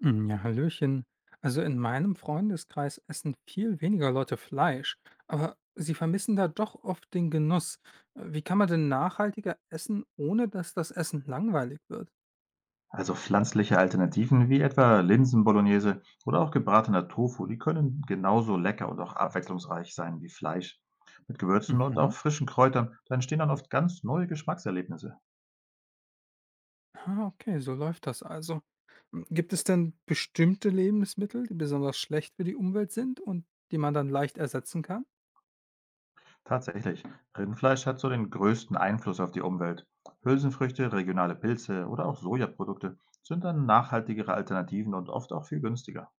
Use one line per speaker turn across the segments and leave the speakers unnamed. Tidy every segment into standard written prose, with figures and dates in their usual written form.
Ja, Hallöchen. Also in meinem Freundeskreis essen viel weniger Leute Fleisch, aber sie vermissen da doch oft den Genuss. Wie kann man denn nachhaltiger essen, ohne dass das Essen langweilig wird?
Also pflanzliche Alternativen wie etwa Linsen-Bolognese oder auch gebratener Tofu, die können genauso lecker und auch abwechslungsreich sein wie Fleisch. Mit Gewürzen und
Mhm.
auch frischen Kräutern, da entstehen dann oft ganz neue Geschmackserlebnisse.
Ah, okay, so läuft das also. Gibt es denn bestimmte Lebensmittel, die besonders schlecht für die Umwelt sind und die man dann leicht ersetzen kann?
Tatsächlich, Rindfleisch hat so den größten Einfluss auf die Umwelt. Hülsenfrüchte, regionale Pilze oder auch Sojaprodukte sind dann nachhaltigere Alternativen und oft auch viel günstiger.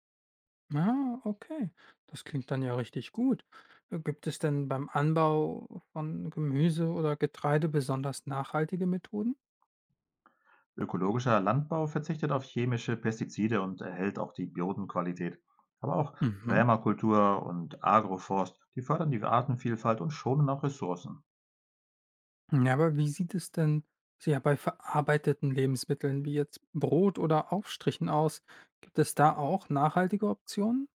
Ah, okay. Das klingt dann ja richtig gut. Gibt es denn beim Anbau von Gemüse oder Getreide besonders nachhaltige Methoden?
Ökologischer Landbau verzichtet auf chemische Pestizide und erhält auch die Bodenqualität. Aber auch
Mhm.
Permakultur und Agroforst, die fördern die Artenvielfalt und schonen auch Ressourcen.
Ja, aber wie sieht es denn so ja, bei verarbeiteten Lebensmitteln wie jetzt Brot oder Aufstrichen aus? Gibt es da auch nachhaltige Optionen?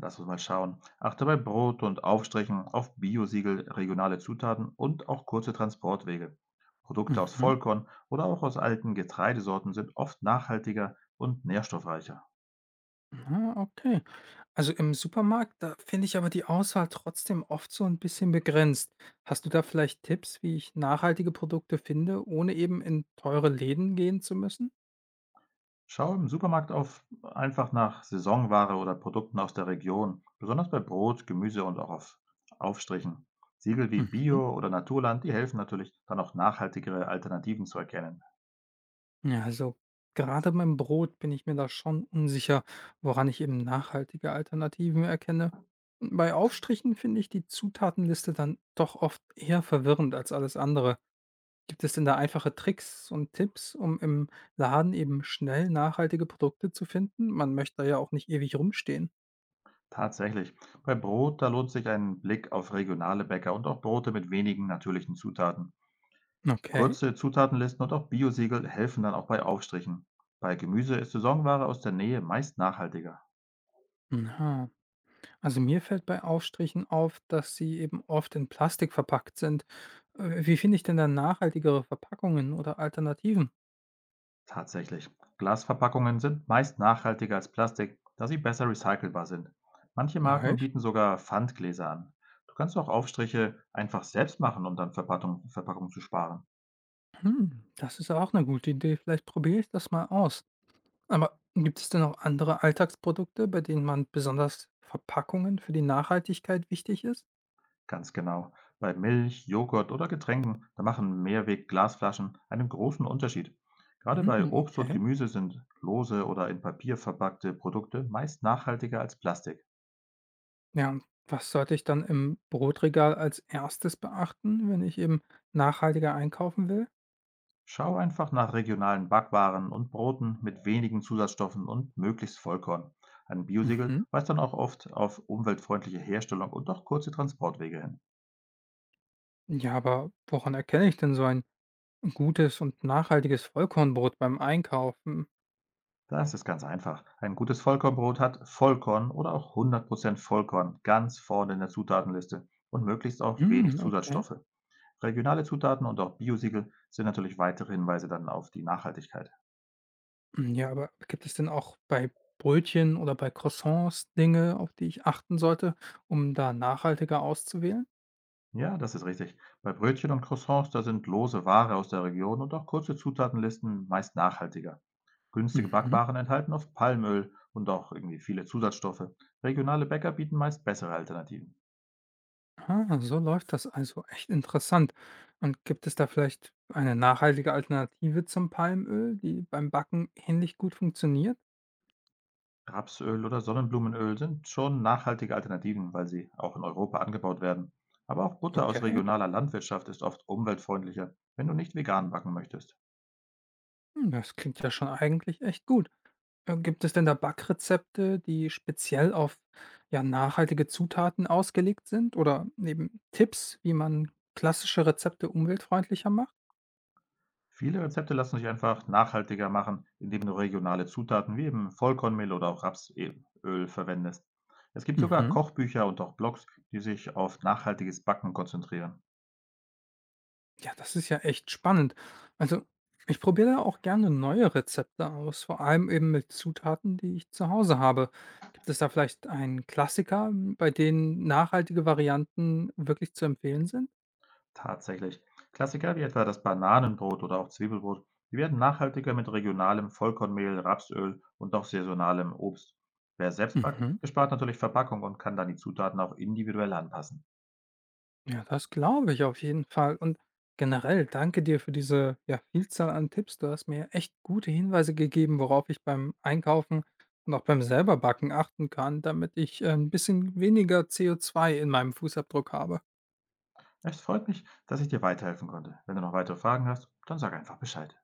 Lass uns mal schauen. Achte bei Brot und Aufstrichen auf Biosiegel, regionale Zutaten und auch kurze Transportwege. Produkte aus
Mhm.
Vollkorn oder auch aus alten Getreidesorten sind oft nachhaltiger und nährstoffreicher.
Ah, okay. Also im Supermarkt, da finde ich aber die Auswahl trotzdem oft so ein bisschen begrenzt. Hast du da vielleicht Tipps, wie ich nachhaltige Produkte finde, ohne eben in teure Läden gehen zu müssen?
Schau im Supermarkt auf einfach nach Saisonware oder Produkten aus der Region, besonders bei Brot, Gemüse und auch auf Aufstrichen. Siegel wie
Mhm.
Bio oder Naturland, die helfen natürlich, dann auch nachhaltigere Alternativen zu erkennen.
Ja, also gerade beim Brot bin ich mir da schon unsicher, woran ich eben nachhaltige Alternativen erkenne. Bei Aufstrichen finde ich die Zutatenliste dann doch oft eher verwirrend als alles andere. Gibt es denn da einfache Tricks und Tipps, um im Laden eben schnell nachhaltige Produkte zu finden? Man möchte da ja auch nicht ewig rumstehen.
Tatsächlich, bei Brot, da lohnt sich ein Blick auf regionale Bäcker und auch Brote mit wenigen natürlichen Zutaten.
Okay.
Kurze Zutatenlisten und auch Biosiegel helfen dann auch bei Aufstrichen. Bei Gemüse ist Saisonware aus der Nähe meist nachhaltiger.
Na, also mir fällt bei Aufstrichen auf, dass sie eben oft in Plastik verpackt sind. Wie finde ich denn dann nachhaltigere Verpackungen oder Alternativen?
Tatsächlich. Glasverpackungen sind meist nachhaltiger als Plastik, da sie besser recycelbar sind. Manche
Ah,
Marken
echt?
bieten sogar Pfandgläser an. Du kannst auch Aufstriche einfach selbst machen, um dann Verpackung zu sparen.
Hm, das ist ja auch eine gute Idee. Vielleicht probiere ich das mal aus. Aber gibt es denn auch andere Alltagsprodukte, bei denen man besonders Verpackungen für die Nachhaltigkeit wichtig ist?
Ganz genau. Bei Milch, Joghurt oder Getränken, da machen Mehrweg-Glasflaschen einen großen Unterschied. Gerade
Mhm,
bei Obst und
okay.
Gemüse sind lose oder in Papier verpackte Produkte meist nachhaltiger als Plastik.
Ja, und was sollte ich dann im Brotregal als Erstes beachten, wenn ich eben nachhaltiger einkaufen will?
Schau einfach nach regionalen Backwaren und Broten mit wenigen Zusatzstoffen und möglichst Vollkorn. Ein Biosiegel
Mhm.
weist dann auch oft auf umweltfreundliche Herstellung und auch kurze Transportwege hin.
Ja, aber woran erkenne ich denn so ein gutes und nachhaltiges Vollkornbrot beim Einkaufen?
Das ist ganz einfach. Ein gutes Vollkornbrot hat Vollkorn oder auch 100% Vollkorn ganz vorne in der Zutatenliste und möglichst auch wenig
Mm, okay.
Zusatzstoffe. Regionale Zutaten und auch Biosiegel sind natürlich weitere Hinweise dann auf die Nachhaltigkeit.
Hm, ja, aber gibt es denn auch bei Brötchen oder bei Croissants Dinge, auf die ich achten sollte, um da nachhaltiger auszuwählen?
Ja, das ist richtig. Bei Brötchen und Croissants, da sind lose Ware aus der Region und auch kurze Zutatenlisten meist nachhaltiger. Günstige
Mhm.
Backwaren enthalten oft Palmöl und auch irgendwie viele Zusatzstoffe. Regionale Bäcker bieten meist bessere Alternativen.
Ah, so läuft das also. Echt interessant. Und gibt es da vielleicht eine nachhaltige Alternative zum Palmöl, die beim Backen ähnlich gut funktioniert?
Rapsöl oder Sonnenblumenöl sind schon nachhaltige Alternativen, weil sie auch in Europa angebaut werden. Aber auch Butter aus
Okay,
regionaler Landwirtschaft ist oft umweltfreundlicher, wenn du nicht vegan backen möchtest.
hm, das klingt ja schon eigentlich echt gut. Gibt es denn da Backrezepte, die speziell auf ja, nachhaltige Zutaten ausgelegt sind? Oder eben Tipps, wie man klassische Rezepte umweltfreundlicher macht?
Viele Rezepte lassen sich einfach nachhaltiger machen, indem du regionale Zutaten wie eben Vollkornmehl oder auch Rapsöl verwendest. Es gibt sogar
Mhm.
Kochbücher und auch Blogs, die sich auf nachhaltiges Backen konzentrieren.
Ja, das ist ja echt spannend. Also, ich probiere da auch gerne neue Rezepte aus, vor allem eben mit Zutaten, die ich zu Hause habe. Gibt es da vielleicht einen Klassiker, bei denen nachhaltige Varianten wirklich zu empfehlen sind?
Tatsächlich. Klassiker wie etwa das Bananenbrot oder auch Zwiebelbrot, die werden nachhaltiger mit regionalem Vollkornmehl, Rapsöl und auch saisonalem Obst. Wer selbst backt,
Mhm.
der spart natürlich Verpackung und kann dann die Zutaten auch individuell anpassen.
Ja, das glaube ich auf jeden Fall. Und generell danke dir für diese ja, Vielzahl an Tipps. Du hast mir echt gute Hinweise gegeben, worauf ich beim Einkaufen und auch beim selber Backen achten kann, damit ich ein bisschen weniger CO2 in meinem Fußabdruck habe.
Es freut mich, dass ich dir weiterhelfen konnte. Wenn du noch weitere Fragen hast, dann sag einfach Bescheid.